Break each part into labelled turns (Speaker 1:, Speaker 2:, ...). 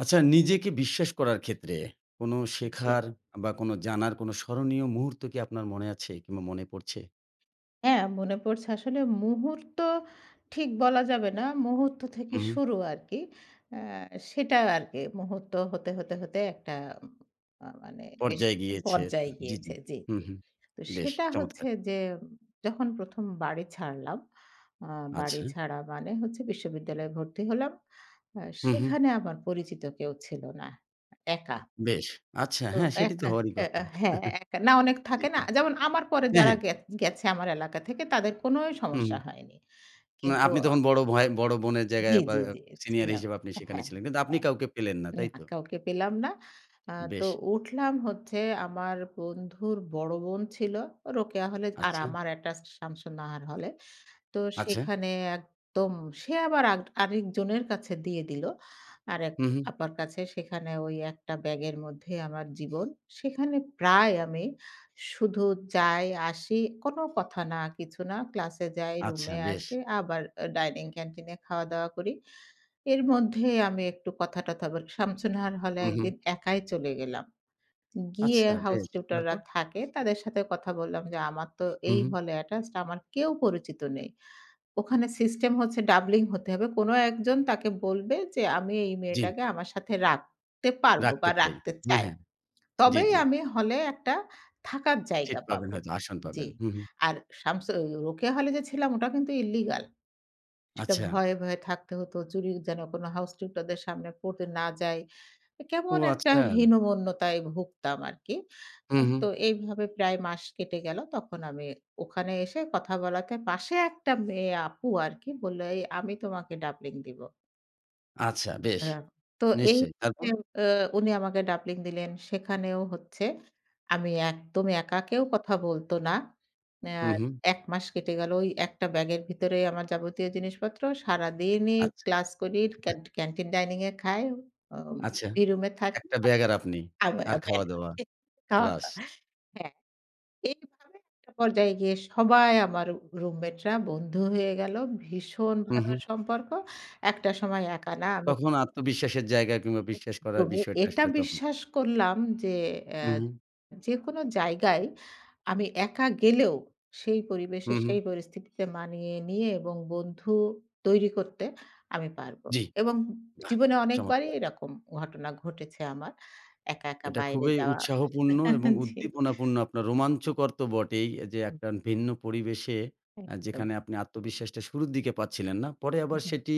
Speaker 1: আচ্ছা নিজেকে বিশ্বাস করার ক্ষেত্রে কোনো
Speaker 2: জি।
Speaker 1: শেখার বা কোনো জানার কোনো স্মরণীয় মুহূর্ত কি আপনার মনে আছে কিংবা মনে পড়ছে?
Speaker 2: হ্যাঁ, মনে পড়ছে আসলে মুহূর্ত ঠিক বলা যাবে না। মুহূর্ত থেকে
Speaker 1: হু, হু।
Speaker 2: শুরু আরকি। আ সেটা আরকি মুহূর্ত হতে, হতে একটা মানে বেশ
Speaker 1: পর্যায়ে গিয়েছে।
Speaker 2: পর্যায়ে
Speaker 1: জি, জি।
Speaker 2: গিয়েছে। জি,
Speaker 1: হু,
Speaker 2: জি।
Speaker 1: হু।
Speaker 2: তো
Speaker 1: বেশ
Speaker 2: সেটা
Speaker 1: চমৎকার।
Speaker 2: হচ্ছে যে যখন ১ম বাড়ি ছাড়লাম, আ বাড়ি
Speaker 1: আচ্ছা।
Speaker 2: ছাড়া মানে হচ্ছে বিশ্ববিদ্যালয়ে ভর্তি হলাম। আ
Speaker 1: হু, হু।
Speaker 2: সেখানে আমার পরিচিত কেউ ছিল না। একা।
Speaker 1: বেশ। আচ্ছা
Speaker 2: তো
Speaker 1: হ্যাঁ, সেটি তো
Speaker 2: একা
Speaker 1: হওয়ারই
Speaker 2: অ্যা
Speaker 1: কথা।
Speaker 2: অ্যা হ্যাঁ, একা না অনেক
Speaker 1: জি,
Speaker 2: থাকে না?
Speaker 1: জি।
Speaker 2: যেমন আমার পরে
Speaker 1: হ্যাঁ,
Speaker 2: যারা
Speaker 1: হ্যাঁ।
Speaker 2: গেছে আমার এলাকা থেকে তাদের কোনোই
Speaker 1: হুম,
Speaker 2: সমস্যা
Speaker 1: হুম।
Speaker 2: হয়নি।
Speaker 1: না
Speaker 2: কিন্তু
Speaker 1: আপনি তখন বড় ভাই, বড় বোনের জায়গায়
Speaker 2: জি,
Speaker 1: বা
Speaker 2: জি, জি,
Speaker 1: সিনিয়র
Speaker 2: ছিলাম।
Speaker 1: হিসেবে আপনি সেখানে
Speaker 2: হ্যাঁ,
Speaker 1: ছিলেন। কিন্তু আপনি
Speaker 2: হ্যাঁ।
Speaker 1: কাউকে পেলেন না,
Speaker 2: না
Speaker 1: তাই তো?
Speaker 2: কাউকে পেলাম না। আ তো
Speaker 1: বেশ।
Speaker 2: উঠলাম হচ্ছে আমার বন্ধুর বড় বোন ছিল রোকেয়া হলে আর
Speaker 1: আচ্ছা,
Speaker 2: আমার একটা শামসুন্নাহার হলে। তো
Speaker 1: আচ্ছা।
Speaker 2: সেখানে একদম সে আবার আরেকজনের কাছে দিয়ে দিল। আরেক
Speaker 1: হু, হু।
Speaker 2: আপার কাছে সেখানে ওই একটা ব্যাগের মধ্যে আমার জীবন। সেখানে প্রায় আমি শুধু যাই, আসি, কোনো কথা না, কিছু না। ক্লাসে যাই,
Speaker 1: আচ্ছা
Speaker 2: রুমে
Speaker 1: বেশ।
Speaker 2: আসি, আবার ডাইনিং ক্যান্টিনে খাওয়া-দাওয়া করি। এর মধ্যে আমি একটু কথা-টথা বলি। শামসুনাহার হলে
Speaker 1: হু, হু।
Speaker 2: একদিন একাই চলে গেলাম। গিয়ে
Speaker 1: আচ্ছা
Speaker 2: হাউস
Speaker 1: বেশ।
Speaker 2: টিউটররা
Speaker 1: তারপর?
Speaker 2: থাকে, তাদের সাথে কথা বললাম যে, "আমার তো
Speaker 1: হু,
Speaker 2: এই
Speaker 1: হু।
Speaker 2: হলে অ্যাটাচড, আমার কেউ পরিচিত নেই।" ওখানে সিস্টেম হচ্ছে ডাবলিং হতে হবে। কোনো একজন তাকে বলবে যে, "আমি এই
Speaker 1: জি।
Speaker 2: মেয়েটাকে আমার সাথে রাখতে পারবো
Speaker 1: রাখতে
Speaker 2: বা
Speaker 1: চাই।
Speaker 2: রাখতে
Speaker 1: হ্যাঁ,
Speaker 2: চাই।
Speaker 1: হ্যাঁ। জি,
Speaker 2: তবেই
Speaker 1: জি।
Speaker 2: আমি হলে একটা থাকার
Speaker 1: সিট
Speaker 2: জায়গা
Speaker 1: পাবেন
Speaker 2: পাবো।"
Speaker 1: হয়তো, আসন
Speaker 2: জি।
Speaker 1: পাবেন। হুম, হুম।
Speaker 2: আর শামসু রোকেয়া হলে যে ছিলাম ওটা কিন্তু ইল্লিগাল। সেটা
Speaker 1: আচ্ছা।
Speaker 2: ভয়ে, ভয়ে থাকতে হতো। চুরি যেন কোনো হাউস টিউটারদের সামনে পড়তে না যাই।
Speaker 1: ও
Speaker 2: কেমন একটা
Speaker 1: আচ্ছা।
Speaker 2: হীনমন্যতায় ভুগতাম আরকি।
Speaker 1: হুম, হুম।
Speaker 2: তো এইভাবে প্রায় মাস কেটে গেল। তখন আমি ওখানে এসে কথা বলাতে পাশে একটা মেয়ে আপু আরকি বলল, "এই আমি তোমাকে ডাবলিং দিব।"
Speaker 1: আচ্ছা বেশ।
Speaker 2: হ্যাঁ, তো এই
Speaker 1: নিশ্চয়ই।
Speaker 2: যে
Speaker 1: তারপর?
Speaker 2: আ উনি আমাকে ডাবলিং দিলেন। সেখানেও হচ্ছে আমি একদম একা কেউ কথা বলত না। আ
Speaker 1: হুম, হুম।
Speaker 2: ১ মাস কেটে গেল। ওই একটা ব্যাগের ভিতরে আমার যাবতীয় জিনিসপত্র। সারাদিনই
Speaker 1: আচ্ছা,
Speaker 2: ক্লাস করি, ক্যান্টিন ডাইনিং এ খাই। আ
Speaker 1: আচ্ছা।
Speaker 2: রুমে থাকি।
Speaker 1: একটা ব্যাগ আর আপনি।
Speaker 2: আবে
Speaker 1: আর
Speaker 2: আবে
Speaker 1: খাওয়া-দাওয়া, ক্লাস।
Speaker 2: খাওয়া-দাওয়া হ্যাঁ। এইভাবে একটা পর্যায়ে গিয়ে সবাই আমার রুমমেটরা বন্ধু হয়ে গেল। ভীষণ
Speaker 1: হুম,
Speaker 2: ভালো
Speaker 1: হুম।
Speaker 2: সম্পর্ক। একটা সময় একা না আমি
Speaker 1: তখন আত্মবিশ্বাসের জায়গা কিংবা বিশ্বাস করার
Speaker 2: একদমই
Speaker 1: বিষয়টা
Speaker 2: এটা
Speaker 1: আসলে তখন।
Speaker 2: বিশ্বাস করলাম যে অ্যা
Speaker 1: হুম, হুম।
Speaker 2: যেকোনো জায়গায় আমি একা গেলেও সেই পরিবেশে,
Speaker 1: হুম, হুম।
Speaker 2: সেই পরিস্থিতিতে মানিয়ে নিয়ে এবং বন্ধু তৈরি করতে আমি পারব।
Speaker 1: জি।
Speaker 2: এবং
Speaker 1: বাহ!
Speaker 2: জীবনে অনেকবারই
Speaker 1: চমৎকার।
Speaker 2: এরকম ঘটনা ঘটেছে আমার। একা, একা
Speaker 1: এটা
Speaker 2: বাইরে
Speaker 1: খুবই
Speaker 2: যাওয়া
Speaker 1: উৎসাহপূর্ণ এবং
Speaker 2: জি।
Speaker 1: উদ্দীপনাপূর্ণ আপনার রোমাঞ্চকর তো বটেই যে
Speaker 2: হুম,
Speaker 1: একটা ভিন্ন পরিবেশে
Speaker 2: একদম।
Speaker 1: যেখানে আপনি আত্মবিশ্বাসটা শুরুর দিকে পাচ্ছিলেন না। পরে আবার সেটি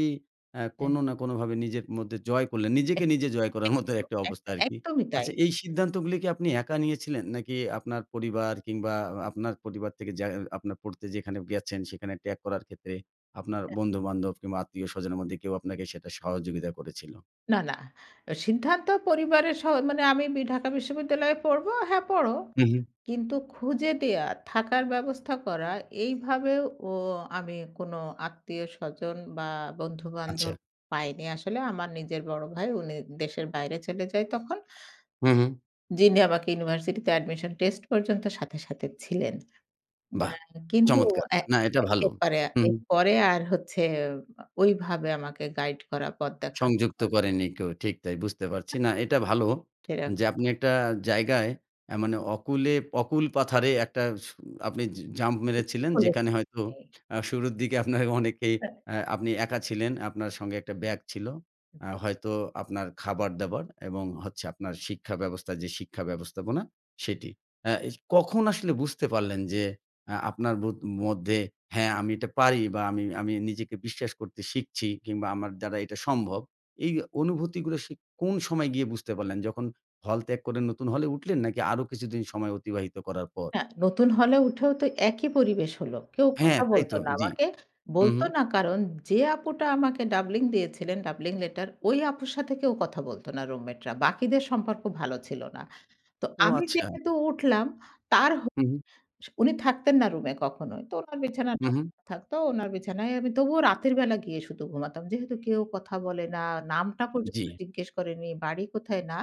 Speaker 2: হ্যাঁ,
Speaker 1: কোনো না কোনোভাবে নিজের মধ্যে জয় করলেন। নিজেকে নিজে জয় করার মতো
Speaker 2: একদম,
Speaker 1: একটা অবস্থা
Speaker 2: একদম,
Speaker 1: আরকি।
Speaker 2: একদমই তাই।
Speaker 1: আচ্ছা এই সিদ্ধান্তগুলি কি আপনি একা নিয়েছিলেন? নাকি আপনার পরিবার কিংবা আপনার পরিবার থেকে যা আপনার পড়তে যেখানে গেছেন সেখানে ত্যাগ করার ক্ষেত্রে আপনার বন্ধু-বান্ধব কিংবা আত্মীয়-স্বজনের মধ্যে কেউ আপনাকে সেটা সহযোগিতা করেছিল?
Speaker 2: না, না। সিদ্ধান্ত পরিবারের সহ মানে আমি ঢাকা বিশ্ববিদ্যালয়ে পড়বো, হ্যাঁ পড়ো।
Speaker 1: হু, হু।
Speaker 2: কিন্তু খুঁজে দেয়া, থাকার ব্যবস্থা করা এইভাবেও ও আমি কোনো আত্মীয়স্বজন বা
Speaker 1: আচ্ছা।
Speaker 2: বন্ধু-বান্ধব পাইনি আসলে। আমার নিজের বড় ভাই উনি দেশের বাইরে চলে যায় তখন।
Speaker 1: হু, হু।
Speaker 2: যিনি আমাকে ইউনিভার্সিটিতে অ্যাডমিশন টেস্ট পর্যন্ত সাথে, সাথে ছিলেন।
Speaker 1: বাহ!
Speaker 2: হ্যাঁ, কিন্তু
Speaker 1: চমৎকার।
Speaker 2: এ
Speaker 1: না এটা
Speaker 2: এ
Speaker 1: ভালো।
Speaker 2: এরপরে
Speaker 1: হু।
Speaker 2: এরপরে আর হচ্ছে ওইভাবে আমাকে গাইড করা, পথ দেখানো
Speaker 1: সংযুক্ত
Speaker 2: হয়
Speaker 1: করেনি কেউ। ঠিক তাই বুঝতে পারছি। না এটা ভালো
Speaker 2: সেরকম
Speaker 1: যে আপনি একটা জায়গায় মানে অকুলে অকুল পাথারে একটা আপনি জাম্প
Speaker 2: কিছু
Speaker 1: মেরেছিলেন
Speaker 2: বলেছে।
Speaker 1: যেখানে হয়তো শুরুর দিকে আপনার অনেকেই
Speaker 2: হ্যাঁ,
Speaker 1: আপনি একা ছিলেন। আপনার সঙ্গে একটা ব্যাগ ছিল। হয়তো আপনার খাবার-দাবার এবং হচ্ছে আপনার শিক্ষা ব্যবস্থা যে শিক্ষা ব্যবস্থাপনা সেটি। আ এ কখন আসলে বুঝতে পারলেন যে আপনার মধ্যে হ্যাঁ, আমি এটা পারি বা আমি আমি নিজেকে বিশ্বাস করতে শিখছি কিংবা আমার দ্বারা এটা সম্ভব? এই অনুভূতিগুলো সে কোন সময় গিয়ে বুঝতে পারলেন? যখন হল ত্যাগ করে নতুন হলে উঠলেন নাকি আরো কিছুদিন সময় অতিবাহিত করার পর?
Speaker 2: না নতুন হলে উঠেও তো একই পরিবেশ হলো। কেউ
Speaker 1: হ্যাঁ,
Speaker 2: কথা
Speaker 1: তাই
Speaker 2: বলতো
Speaker 1: তো।
Speaker 2: না
Speaker 1: জি।
Speaker 2: আমাকে।
Speaker 1: হু, হু।
Speaker 2: বলতো না কারণ যে আপুটা আমাকে ডাবলিং দিয়েছিলেন, ডাবলিং লেটার ওই আপুর সাথে কেউ কথা বলতো না রুমমেটরা। বাকিদের সম্পর্ক ভালো ছিল না। তো
Speaker 1: ও
Speaker 2: আমি
Speaker 1: আচ্ছা।
Speaker 2: যেহেতু উঠলাম তার হ
Speaker 1: হু, হু,
Speaker 2: উনি থাকতেন না রুমে কখনোই। তো উনার
Speaker 1: হু,
Speaker 2: বিছানাটাও
Speaker 1: হু।
Speaker 2: থাকতো। উনার বিছানায় আমি তবুও রাতের বেলা গিয়ে শুধু ঘুমাতাম। যেহেতু কেউ কথা বলে না, নামটা
Speaker 1: জি।
Speaker 2: পর্যন্ত জিজ্ঞেস করেনি, বাড়ি কোথায় না।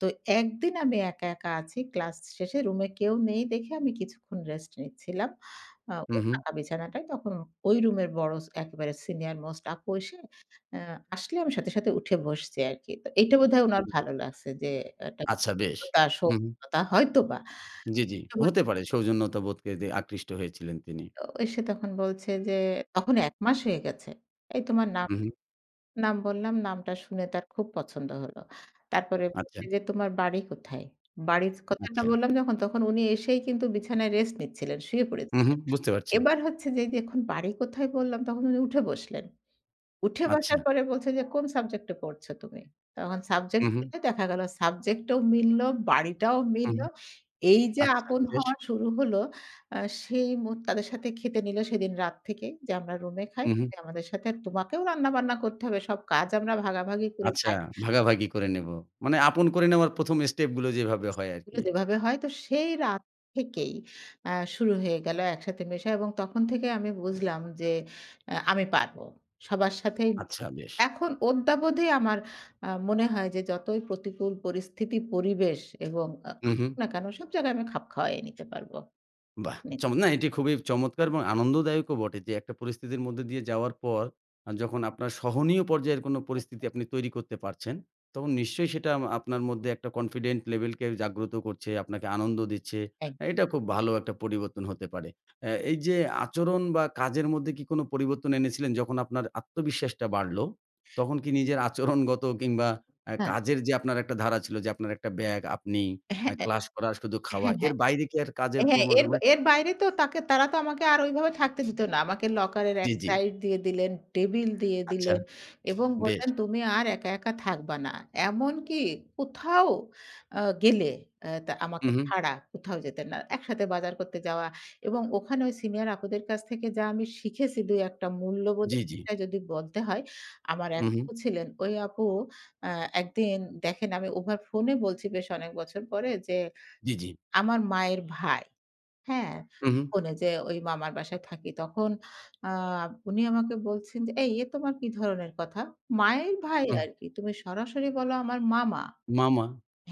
Speaker 2: তো একদিন আমি একা, একা আছি। ক্লাস শেষে রুমে কেউ নেই দেখে আমি কিছুক্ষণ রেস্ট নিচ্ছিলাম।
Speaker 1: হু,
Speaker 2: ওই
Speaker 1: হু।
Speaker 2: ফাঁকা বিছানাটায় তখন ওই রুমের বড় একেবারে সিনিয়র মোস্ট আপু এসে আ আসলে আমি সাথে, সাথে উঠে বসছি আরকি। তো এইটা বোধহয় উনার ভালো লাগছে যে একটা
Speaker 1: আচ্ছা বেশ।
Speaker 2: শ্রদ্ধা,
Speaker 1: হু, হু।
Speaker 2: সৌজন্যতা হয়তোবা।
Speaker 1: জি, জি। হতে পারে সৌজন্যতাবোধকে যে আকৃষ্ট হয়েছিলেন তিনি।
Speaker 2: তো এসে তখন বলছে যে তখন ১ মাস হয়ে গেছে। "এই তোমার নাম"
Speaker 1: হু, হু।
Speaker 2: নাম বললাম, নামটা শুনে তার খুব পছন্দ হলো। তারপরে
Speaker 1: আচ্ছা,
Speaker 2: বলছে যে, "তোমার বাড়ি কোথায়?" বাড়ির কথাটা
Speaker 1: আচ্ছা।
Speaker 2: বললাম যখন, তখন উনি এসেই কিন্তু বিছানায় রেস্ট নিচ্ছিলেন, শুয়ে
Speaker 1: হু,
Speaker 2: পড়েছিলেন।
Speaker 1: হু। বুঝতে পারছি।
Speaker 2: এবার হচ্ছে যে, এই যে এখন বাড়ি কোথায় বললাম, তখন উনি উঠে বসলেন। উঠে
Speaker 1: আচ্ছা।
Speaker 2: বসার পরে বলছে যে, "কোন সাবজেক্টে পড়ছো তুমি?" তখন
Speaker 1: হু,
Speaker 2: সাবজেক্ট
Speaker 1: হু,
Speaker 2: বললে দেখা গেল সাবজেক্টও মিলল, বাড়িটাও
Speaker 1: হু,
Speaker 2: মিলল।
Speaker 1: হু।
Speaker 2: এই যে
Speaker 1: আচ্ছা
Speaker 2: আপন
Speaker 1: বেশ।
Speaker 2: হওয়া শুরু হলো, আ সেই মুড তাদের সাথে খেতে নিল সেদিন রাত থেকে যে, "আমরা রুমে খাই,
Speaker 1: হু, হু।
Speaker 2: তুমি আমাদের সাথে আর তোমাকেও রান্না-বান্না করতে হবে। সব কাজ আমরা ভাগাভাগি করে
Speaker 1: আচ্ছা
Speaker 2: খাই।
Speaker 1: ভাগাভাগি করে নেব। মানে আপন করে নেওয়ার ১ম স্টেপ গুলো যেভাবে হয়
Speaker 2: এগুলো
Speaker 1: আরকি।
Speaker 2: যেভাবে হয়।" তো সেই রাত থেকেই আ শুরু হয়ে গেল একসাথে মেশা এবং তখন থেকে আমি বুঝলাম যে, আমি পারব। সবার সাথেই
Speaker 1: আচ্ছা বেশ।
Speaker 2: এখন অদ্যাবধি আমার মনে হয় যে যতই প্রতিকূল পরিস্থিতি, পরিবেশ এবং
Speaker 1: হু, হু।
Speaker 2: আসুক না কেন সব জায়গায় আমি খাপ খাওয়াই নিতে পারবো।
Speaker 1: বাহ!
Speaker 2: নি
Speaker 1: না এটি খুবই চমৎকার এবং আনন্দদায়কও বটে যে একটা পরিস্থিতির মধ্যে দিয়ে যাওয়ার পর যখন আপনার সহনীয় পর্যায়ের কোনো পরিস্থিতি আপনি তৈরি করতে পারছেন, তখন নিশ্চয়ই সেটা আপনার মধ্যে একটা কনফিডেন্ট লেভেলকে জাগ্রত করছে, আপনাকে আনন্দ দিচ্ছে।
Speaker 2: এক
Speaker 1: এটা খুব ভালো একটা পরিবর্তন হতে পারে। এই যে আচরণ বা কাজের মধ্যে কি কোনো পরিবর্তন এনেছিলেন যখন আপনার আত্মবিশ্বাসটা বাড়লো, তখন কি নিজের আচরণগত কিংবা
Speaker 2: হ্যাঁ, হ্যাঁ,
Speaker 1: কাজের যে আপনার একটা ধারা ছিল যে আপনার একটা ব্যাগ, আপনি, ক্লাস করা, শুধু খাওয়া,
Speaker 2: হ্যাঁ।
Speaker 1: এর বাইরে কি আর কাজের
Speaker 2: হ্যাঁ, এর এর বাইরে তো তাকে তারা তো আমাকে আর ওইভাবে থাকতে দিত না। আমাকে লকারের
Speaker 1: জি,
Speaker 2: এক
Speaker 1: জি।
Speaker 2: সাইড দিয়ে দিলেন, টেবিল দিয়ে
Speaker 1: আচ্ছা,
Speaker 2: দিলেন এবং
Speaker 1: বেশ।
Speaker 2: বললেন, "তুমি আর একা, একা থাকবা না।" এমনকি কোথাও গেলে আ তা
Speaker 1: হু,
Speaker 2: আমাকে
Speaker 1: হু।
Speaker 2: ছাড়া কোথাও যেতেন না। একসাথে বাজার করতে যাওয়া এবং ওখানে ওই সিনিয়র আপুদের কাছ থেকে যা আমি শিখেছি ২-১ টা
Speaker 1: জি,
Speaker 2: মূল্যবোধের
Speaker 1: জি।
Speaker 2: বিষয় যদি বলতে হয়, আমার
Speaker 1: হু,
Speaker 2: এক
Speaker 1: হু।
Speaker 2: আপু ছিলেন। ওই আপু আ একদিন দেখেন আমি ওভার ফোনে বলছি বেশ অনেক বছর পরে যে,
Speaker 1: জি, জি।
Speaker 2: আমার মায়ের ভাই। হ্যাঁ,
Speaker 1: হু, হু।
Speaker 2: ফোনে যে ওই মামার বাসায় থাকি তখন আ উনি আমাকে বলছেন যে, "এই তোমার কি ধরনের কথা? মায়ের ভাই
Speaker 1: হুম।
Speaker 2: আরকি। তুমি সরাসরি বলো আমার মামা।
Speaker 1: মামা।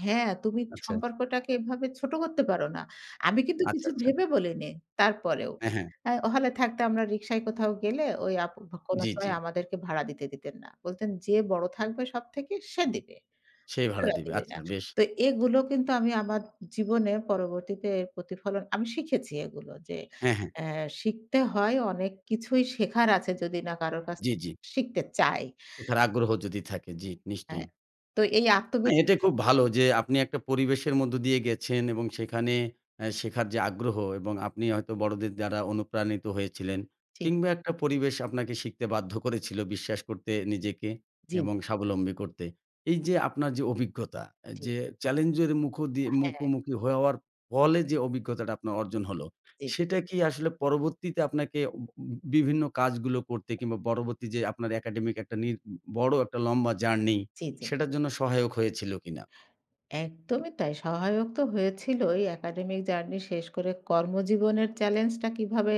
Speaker 2: হ্যাঁ, তুমি
Speaker 1: আচ্ছা,
Speaker 2: সম্পর্কটাকে এভাবে ছোট করতে পারো না।" আমি কিন্তু
Speaker 1: আচ্ছা,
Speaker 2: কিছু
Speaker 1: আচ্ছা।
Speaker 2: ভেবে বলিনি তারপরেও।
Speaker 1: হ্যাঁ, হ্যাঁ।
Speaker 2: হলে থাকতে আমরা রিক্সায় কোথাও গেলে ওই আপু কোনো
Speaker 1: জি, জি।
Speaker 2: সময় আমাদেরকে ভাড়া দিতে দিতেন না। বলতেন, "যে বড় থাকবে সবথেকে সে দিবে।"
Speaker 1: সে ভাড়া দিবে।
Speaker 2: রাখি
Speaker 1: আচ্ছা
Speaker 2: না।
Speaker 1: বেশ।
Speaker 2: তো এগুলো কিন্তু আমি আমার জীবনে পরবর্তীতে এর প্রতিফলন আমি শিখেছি এগুলো যে
Speaker 1: হ্যাঁ, হ্যাঁ।
Speaker 2: অ্যা শিখতে হয় অনেক কিছুই শেখার আছে যদি না কারোর কাছ
Speaker 1: জি,
Speaker 2: থেকে
Speaker 1: জি।
Speaker 2: শিখতে চাই।
Speaker 1: শেখার আগ্রহ যদি থাকে। জি, নিশ্চয়ই।
Speaker 2: হ্যাঁ, তো এই
Speaker 1: না, এটা
Speaker 2: আত্মবিশ্বাস
Speaker 1: খুব ভালো যে আপনি একটা পরিবেশের মধ্য দিয়ে গেছেন এবং সেখানে শেখার যে আগ্রহ এবং আপনি হয়তো বড়দের দ্বারা অনুপ্রাণিত হয়েছিলেন
Speaker 2: জি,
Speaker 1: কিংবা একটা পরিবেশ আপনাকে শিখতে বাধ্য করেছিল বিশ্বাস করতে নিজেকে
Speaker 2: জি,
Speaker 1: এবং স্বাবলম্বী করতে। এই যে আপনার যে অভিজ্ঞতা,
Speaker 2: জি,
Speaker 1: যে চ্যালেঞ্জের মুখ দিয়ে
Speaker 2: হ্যাঁ,
Speaker 1: মুখোমুখি হওয়ার ফলে যে অভিজ্ঞতাটা আপনার অর্জন হলো,
Speaker 2: জি,
Speaker 1: সেটা কি আসলে পরবর্তীতে আপনাকে বিভিন্ন কাজগুলো করতে কিংবা পরবর্তী যে আপনার একাডেমিক একটা বড় একটা লম্বা জার্নি
Speaker 2: জি, জি,
Speaker 1: সেটার জন্য সহায়ক হয়েছিল কিনা?
Speaker 2: একদমই তাই। সহায়ক তো হয়েছিলই একাডেমিক জার্নি শেষ করে কর্মজীবনের চ্যালেঞ্জটা কিভাবে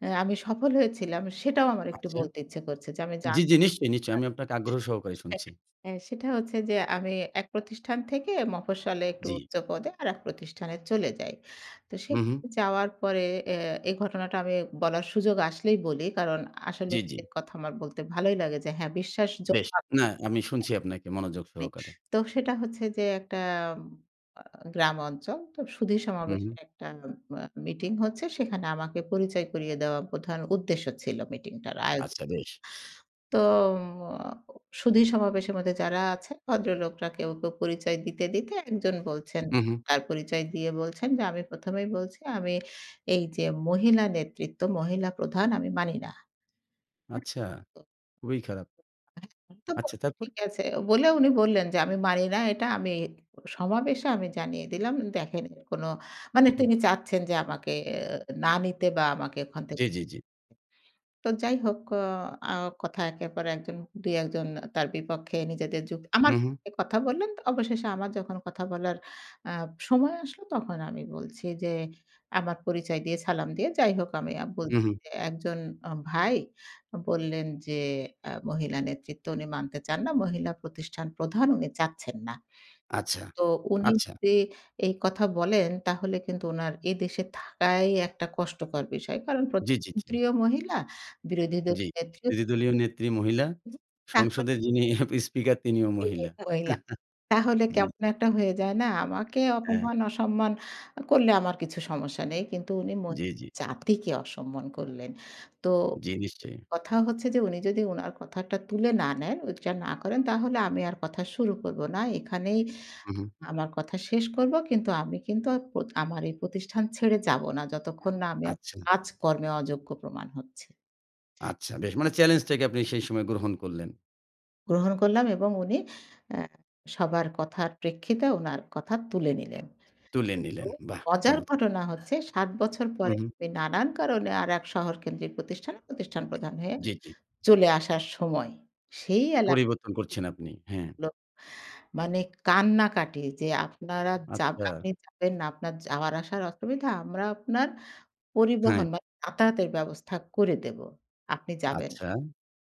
Speaker 2: আমি সফল হয়েছিলাম সেটাও আমার একটু
Speaker 1: আচ্ছা।
Speaker 2: বলতে ইচ্ছে করছে যে আমি জান
Speaker 1: জি, জি, নিশ্চয়ই, নিশ্চয়ই। আমি আপনাকে আগ্রহ সহকারে শুনছি।
Speaker 2: হ্যাঁ, সেটা হচ্ছে যে আমি এক প্রতিষ্ঠান থেকে মফস্বলে একটু
Speaker 1: জি।
Speaker 2: উচ্চ পদে আরেক প্রতিষ্ঠানে চলে যাই। তো
Speaker 1: হু, হু।
Speaker 2: সেখানে যাওয়ার পরে এ এই ঘটনাটা আমি বলার সুযোগ আসলেই বলি। কারণ আসলে
Speaker 1: জি, জি।
Speaker 2: এর কথা আমার বলতে ভালোই লাগে যে হ্যাঁ, বিশ্বাস
Speaker 1: বেশ।
Speaker 2: জন্মাবে
Speaker 1: না, আমি শুনছি আপনাকে মনোযোগ
Speaker 2: নাই।
Speaker 1: সহকারে।
Speaker 2: তো সেটা হচ্ছে যে একটা আ গ্রাম অঞ্চল। তো সুধী
Speaker 1: হু, হু।
Speaker 2: সমাবেশের একটা মিটিং হচ্ছে। সেখানে আমাকে পরিচয় করিয়ে দেওয়া প্রধান উদ্দেশ্য ছিল মিটিংটার আয়োজন।
Speaker 1: আচ্ছা বেশ।
Speaker 2: তো উম সুধী সমাবেশের মধ্যে যারা আছে ভদ্রলোকরা কেউ, কেউ পরিচয় দিতে, দিতে একজন বলছেন,
Speaker 1: হু, হু।
Speaker 2: তার পরিচয় দিয়ে বলছেন যে, "আমি ১ম এই বলছি আমি এই যে মহিলা নেতৃত্ব, মহিলা প্রধান আমি মানি না।"
Speaker 1: আচ্ছা, খুবই খারাপ।
Speaker 2: আমি তো বলল,
Speaker 1: আচ্ছা তারপর?
Speaker 2: "ঠিক আছে।" বলে উনি বললেন যে, "আমি মানি না এটা আমি সমাবেশে আমি জানিয়ে দিলাম। দেখেন এর কোনো" মানে
Speaker 1: হুম।
Speaker 2: তিনি চাচ্ছেন যে আমাকে আহ, না নিতে বা আমাকে ওখান
Speaker 1: জি,
Speaker 2: থেকে
Speaker 1: জি, জি।
Speaker 2: তো যাই হোক অ আ কথা একের পর একজন ২ ১ জন তার বিপক্ষে নিজেদের যুক্তি আমার
Speaker 1: হু, হু।
Speaker 2: পক্ষে কথা বললেন। তো অবশেষে আমার যখন কথা বলার আ সময় আসলো তখন আমি বলছি যে, আমার পরিচয় দিয়ে সালাম দিয়ে যাই হোক আমি
Speaker 1: হু,
Speaker 2: বলছি
Speaker 1: হু।
Speaker 2: যে, একজন ভাই বললেন যে, মহিলা নেতৃত্ব উনি মানতে চান না। মহিলা প্রতিষ্ঠান প্রধান উনি চাচ্ছেন না।
Speaker 1: আচ্ছা,
Speaker 2: তো উনি
Speaker 1: আচ্ছা।
Speaker 2: যদি এই কথা বলেন তাহলে কিন্তু উনার এদেশে থাকাই একটা কষ্টকর বিষয়। কারণ
Speaker 1: জি, জি, জি,
Speaker 2: প্রধানমন্ত্রীও মহিলা, বিরোধী
Speaker 1: জি।
Speaker 2: দলীয় নেত্রীও
Speaker 1: বিরোধী দলীয় নেত্রী মহিলা,
Speaker 2: তারপর
Speaker 1: সংসদের যিনি স্পিকার তিনিও মহিলা।
Speaker 2: তিনিও মহিলা। তাহলে
Speaker 1: জি,
Speaker 2: কেমন একটা হয়ে যায় না? আমাকে
Speaker 1: হ্যাঁ।
Speaker 2: অপমান, অসম্মান করলে আমার কিছু সমস্যা নেই। কিন্তু উনি
Speaker 1: জি,
Speaker 2: মহিলা
Speaker 1: জি,
Speaker 2: জাতিকে অসম্মান করলেন। তো
Speaker 1: জি, নিশ্চয়ই।
Speaker 2: কথা হচ্ছে যে উনি যদি উনার কথাটা তুলে না নেন, ওইটা না করেন তাহলে আমি আর কথা শুরু করব না। এখানেই
Speaker 1: হু, হু।
Speaker 2: আমার কথা শেষ করব কিন্তু আমি কিন্তু আর আমার এই প্রতিষ্ঠান ছেড়ে যাব না যতক্ষণ না আমি আমার
Speaker 1: আচ্ছা।
Speaker 2: কাজকর্মে অযোগ্য প্রমাণ হচ্ছি।
Speaker 1: আচ্ছা বেশ। মানে চ্যালেঞ্জটাকে আপনি সেই সময় গ্রহণ করলেন।
Speaker 2: গ্রহণ করলাম এবং উনি অ্যা সবার কথার প্রেক্ষিতে উনার কথা তুলে নিলেন।
Speaker 1: তুলে
Speaker 2: কিন্তু
Speaker 1: নিলেন। বাহ!
Speaker 2: মজার
Speaker 1: চমৎকার।
Speaker 2: ঘটনা হচ্ছে ৭ বছর
Speaker 1: হু,
Speaker 2: পরে
Speaker 1: হু।
Speaker 2: আমি নানান কারণে আরেক শহরকেন্দ্রিক প্রতিষ্ঠানে প্রতিষ্ঠান প্রধান হয়ে
Speaker 1: জি, জি।
Speaker 2: চলে আসার সময় সেই এলাকাগুলো
Speaker 1: পরিবর্তন করছেন আপনি। হ্যাঁ।
Speaker 2: মানে কান্নাকাটি যে আপনারা যাব
Speaker 1: আচ্ছা।
Speaker 2: আপনি যাবেন না, আপনার যাওয়ার আসার অসুবিধা, আমরা আপনার
Speaker 1: হ্যাঁ।
Speaker 2: পরিবহন বা যাতায়াতের ব্যবস্থা করে দেব। আপনি যাবেন।
Speaker 1: আচ্ছা।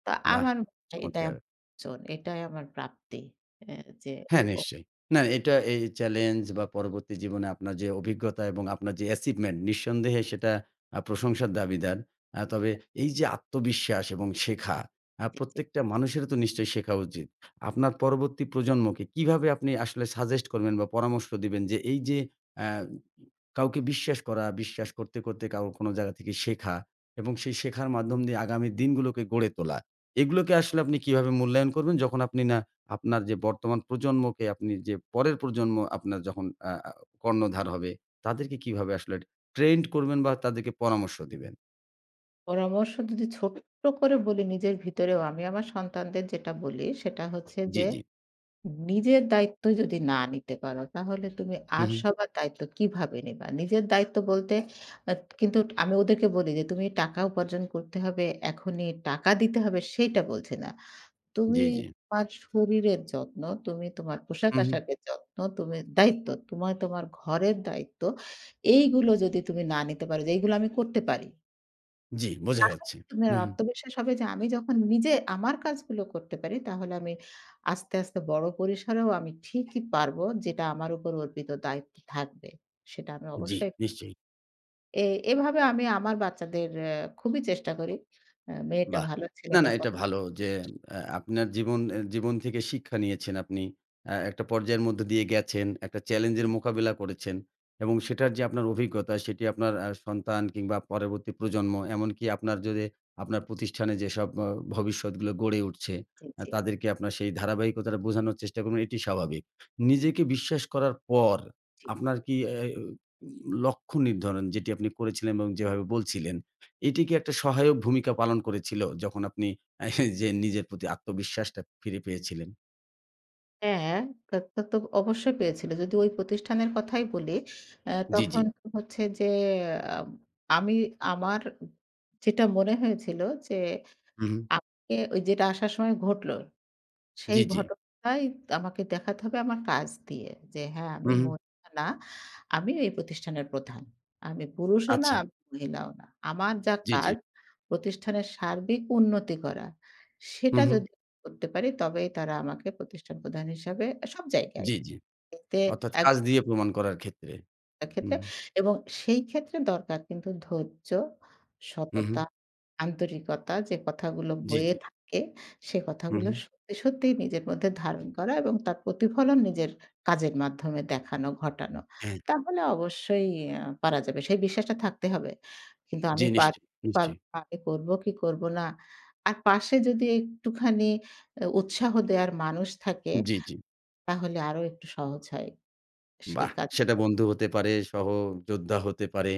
Speaker 2: তো
Speaker 1: বাহ!
Speaker 2: আমার মনে হয় এটাই
Speaker 1: চমৎকার।
Speaker 2: আমার অর্জন, এটাই আমার প্রাপ্তি। অ্যা যে
Speaker 1: হ্যাঁ, নিশ্চয়ই। না এটা এই চ্যালেঞ্জ বা পরবর্তী জীবনে আপনার যে অভিজ্ঞতা এবং আপনার যে অ্যাচিভমেন্ট নিঃসন্দেহে সেটা প্রশংসার দাবিদার। তবে এই যে আত্মবিশ্বাস এবং শেখা,
Speaker 2: উক্তি যে
Speaker 1: প্রত্যেকটা মানুষের তো নিশ্চয়ই শেখা উচিত। আপনার পরবর্তী প্রজন্মকে কিভাবে আপনি আসলে সাজেস্ট করবেন বা পরামর্শ দিবেন যে এই যে আ কাউকে বিশ্বাস করা, বিশ্বাস করতে কারো কোনো জায়গা থেকে শেখা এবং সেই শেখার মাধ্যম দিয়ে আগামী দিনগুলোকে গড়ে তোলা। এগুলোকে আসলে আপনি কিভাবে মূল্যায়ন করবেন যখন আপনি না আপনার যে বর্তমান প্রজন্মকে আপনি যে পরের প্রজন্ম আপনার যখন আ আ কর্ণধার হবে, তাদেরকে কিভাবে আসলে ট্রেন্ড করবেন বা তাদেরকে পরামর্শ দিবেন?
Speaker 2: পরামর্শ যদি ছোট্ট করে বলি নিজের ভিতরেও আমি আমার সন্তানদের যেটা বলি সেটা হচ্ছে
Speaker 1: জি,
Speaker 2: যে,
Speaker 1: জি।
Speaker 2: "নিজের দায়িত্ব যদি না নিতে পারো তাহলে তুমি
Speaker 1: হু,
Speaker 2: আর
Speaker 1: হু।
Speaker 2: সবার দায়িত্ব কিভাবে নিবা?" নিজের দায়িত্ব বলতে আ কিন্তু আমি ওদেরকে বলি যে, "তুমি টাকা উপার্জন করতে হবে, এখনই টাকা দিতে হবে" সেইটা বলছি না। তুমি
Speaker 1: জি, জি।
Speaker 2: শরীরের যত্ন, তুমি তোমার
Speaker 1: হু, হু।
Speaker 2: পোশাক-আশাকের যত্ন, তুমি দায়িত্ব, তোমার তোমার ঘরের দায়িত্ব। এইগুলো যদি তুমি না নিতে পারো যে এইগুলো আমি করতে পারি।
Speaker 1: জি, বোঝা
Speaker 2: তাহলে
Speaker 1: যাচ্ছে।
Speaker 2: তোমার
Speaker 1: হু, হু।
Speaker 2: আত্মবিশ্বাস হবে যে আমি যখন নিজে আমার কাজগুলো করতে পারি তাহলে আমি আস্তে, আস্তে বড় পরিসরেও আমি ঠিকই পারবো যেটা আমার উপর অর্পিত দায়িত্ব থাকবে। সেটা আমি
Speaker 1: জি,
Speaker 2: অবশ্যই
Speaker 1: নিশ্চয়ই।
Speaker 2: এ এভাবে আমি আমার বাচ্চাদের খুবই চেষ্টা করি। মেয়েটা
Speaker 1: বাহ!
Speaker 2: ভালো
Speaker 1: না, না
Speaker 2: ছেলেটা কম।
Speaker 1: এটা ভালো যে আপনার জীবন এ জীবন থেকে শিক্ষা নিয়েছেন আপনি। একটা পর্যায়ের মধ্য দিয়ে গেছেন, একটা
Speaker 2: জি,
Speaker 1: চ্যালেঞ্জের মোকাবিলা করেছেন এবং সেটার যে আপনার অভিজ্ঞতা সেটি আপনার সন্তান কিংবা পরবর্তী প্রজন্ম এমনকি আপনার যদি আপনার প্রতিষ্ঠানে যেসব ভবিষ্যৎগুলো গড়ে উঠছে,
Speaker 2: জি,
Speaker 1: তাদেরকে আপনার সেই ধারাবাহিকতাটা বোঝানোর চেষ্টা করবেন এটি স্বাভাবিক। নিজেকে বিশ্বাস করার পর
Speaker 2: জি।
Speaker 1: আপনার কি এ উ লক্ষ্য নির্ধারণ যেটি আপনি করেছিলেন এবং যেভাবে বলছিলেন এটি কি একটা সহায়ক ভূমিকা পালন করেছিল যখন আপনি আহ, যে নিজের প্রতি আত্মবিশ্বাসটা ফিরে পেয়েছিলেন?
Speaker 2: হ্যাঁ, তা তা তো অবশ্যই পেয়েছিল। যদি ওই প্রতিষ্ঠানের কথাই বলি,
Speaker 1: জি, জি।
Speaker 2: তখন তো হচ্ছে যে আম আমি আমার যেটা মনে হয়েছিল যে
Speaker 1: হু, হু।
Speaker 2: আমাকে ওই যেটা আসার সময় ঘটলো সেই
Speaker 1: জি, জি।
Speaker 2: ঘটনাটাই আমাকে দেখাতে হবে আমার কাজ দিয়ে। যে হ্যাঁ,
Speaker 1: হু,
Speaker 2: আমি
Speaker 1: হু।
Speaker 2: মহিলা না, আমি এই প্রতিষ্ঠানের প্রধান। আমি পুরুষও না,
Speaker 1: আচ্ছা।
Speaker 2: আমি মহিলাও না। আমার যা
Speaker 1: জি, জি।
Speaker 2: কাজ প্রতিষ্ঠানের সার্বিক উন্নতি করা,
Speaker 1: হু,
Speaker 2: সেটা
Speaker 1: হু।
Speaker 2: যদি করতে পারি তবেই তারা আমাকে প্রতিষ্ঠান প্রধান হিসাবে সব জায়গায়
Speaker 1: জি, জি।
Speaker 2: এতে
Speaker 1: অর্থাৎ
Speaker 2: এক
Speaker 1: কাজ দিয়ে প্রমাণ করার ক্ষেত্রে।
Speaker 2: একটা
Speaker 1: হু,
Speaker 2: ক্ষেত্রে
Speaker 1: হু।
Speaker 2: এবং সেই ক্ষেত্রে দরকার কিন্তু ধৈর্য,
Speaker 1: হু, হু।
Speaker 2: সততা, আন্তরিকতা যে কথাগুলো
Speaker 1: জি, জি।
Speaker 2: বইয়ে থাকে সে
Speaker 1: হু,
Speaker 2: কথাগুলো
Speaker 1: হু।
Speaker 2: সত্যি, সত্যিই নিজের মধ্যে ধারণ করা এবং তার প্রতিফলন নিজের কাজের মাধ্যমে দেখানো, ঘটানো।
Speaker 1: হ্যাঁ।
Speaker 2: তাহলে অবশ্যই পারা যাবে। সেই বিশ্বাসটা থাকতে হবে। কিন্তু
Speaker 1: জি
Speaker 2: আমি পারব
Speaker 1: নিশ্চয়ই,
Speaker 2: কি পারব
Speaker 1: নিশ্চয়ই।
Speaker 2: না, আমি করব কি করব না। আর পাশে যদি একটুখানি উৎসাহ দেওয়ার মানুষ থাকে
Speaker 1: জি, জি।
Speaker 2: তাহলে আরো একটু সহজ হয় সেই
Speaker 1: বাহ! সেটা
Speaker 2: কাজগুলো
Speaker 1: বন্ধু হতে পারে, সহযোদ্ধা হতে পারে,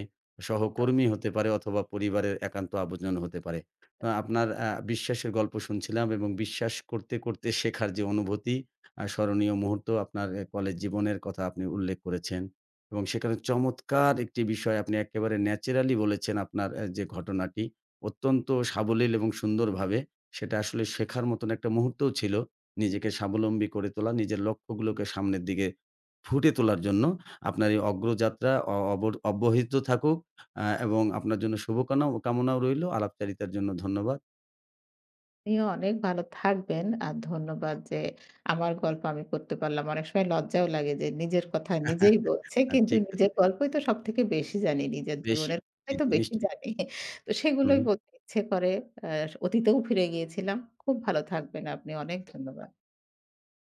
Speaker 1: সহকর্মী হতে পারে অথবা পরিবারের একান্ত আপনজন হতে পারে। আপনার বিশ্বাসের গল্প শুনছিলাম এবং বিশ্বাস করতে শেখার যে অনুভূতি, স্মরণীয় মুহূর্ত আপনার এ কলেজ জীবনের কথা আপনি উল্লেখ করেছেন এবং সেখানে চমৎকার একটি বিষয় আপনি একেবারে ন্যাচারালি বলেছেন আপনার এ যে ঘটনাটি, অত্যন্ত সাবলীল এবং সুন্দরভাবে। সেটা আসলে শেখার মতন একটা মুহূর্তও ছিল। নিজেকে স্বাবলম্বী করে তোলা, নিজের লক্ষ্যগুলোকে সামনের দিকে ফুটে তোলার জন্য আপনার এই অগ্রযাত্রা অ অব অব্যাহত থাকুক এবং আপনার জন্য শুভকানা কামনাও রইল। আলাপচারিতার জন্য ধন্যবাদ।
Speaker 2: আপনিও অনেক ভালো থাকবেন। আর ধন্যবাদ যে আমার গল্প আমি পড়তে পারলাম। অনেক সময় লজ্জাও লাগে যে নিজের কথা নিজেই বলছে কিন্তু
Speaker 1: ঠিক
Speaker 2: নিজের
Speaker 1: আছে।
Speaker 2: গল্পই তো সবথেকে বেশি জানি। নিজের
Speaker 1: বেশি।
Speaker 2: জীবনের
Speaker 1: জি,
Speaker 2: কথাই তো
Speaker 1: জি
Speaker 2: বেশি
Speaker 1: নিশ্চয়ই।
Speaker 2: জানি। তো
Speaker 1: হুম।
Speaker 2: সেগুলোই বলতে ইচ্ছে করে। আ অতীতেও ফিরে গিয়েছিলাম। খুব ভালো থাকবেন আপনি। অনেক ধন্যবাদ।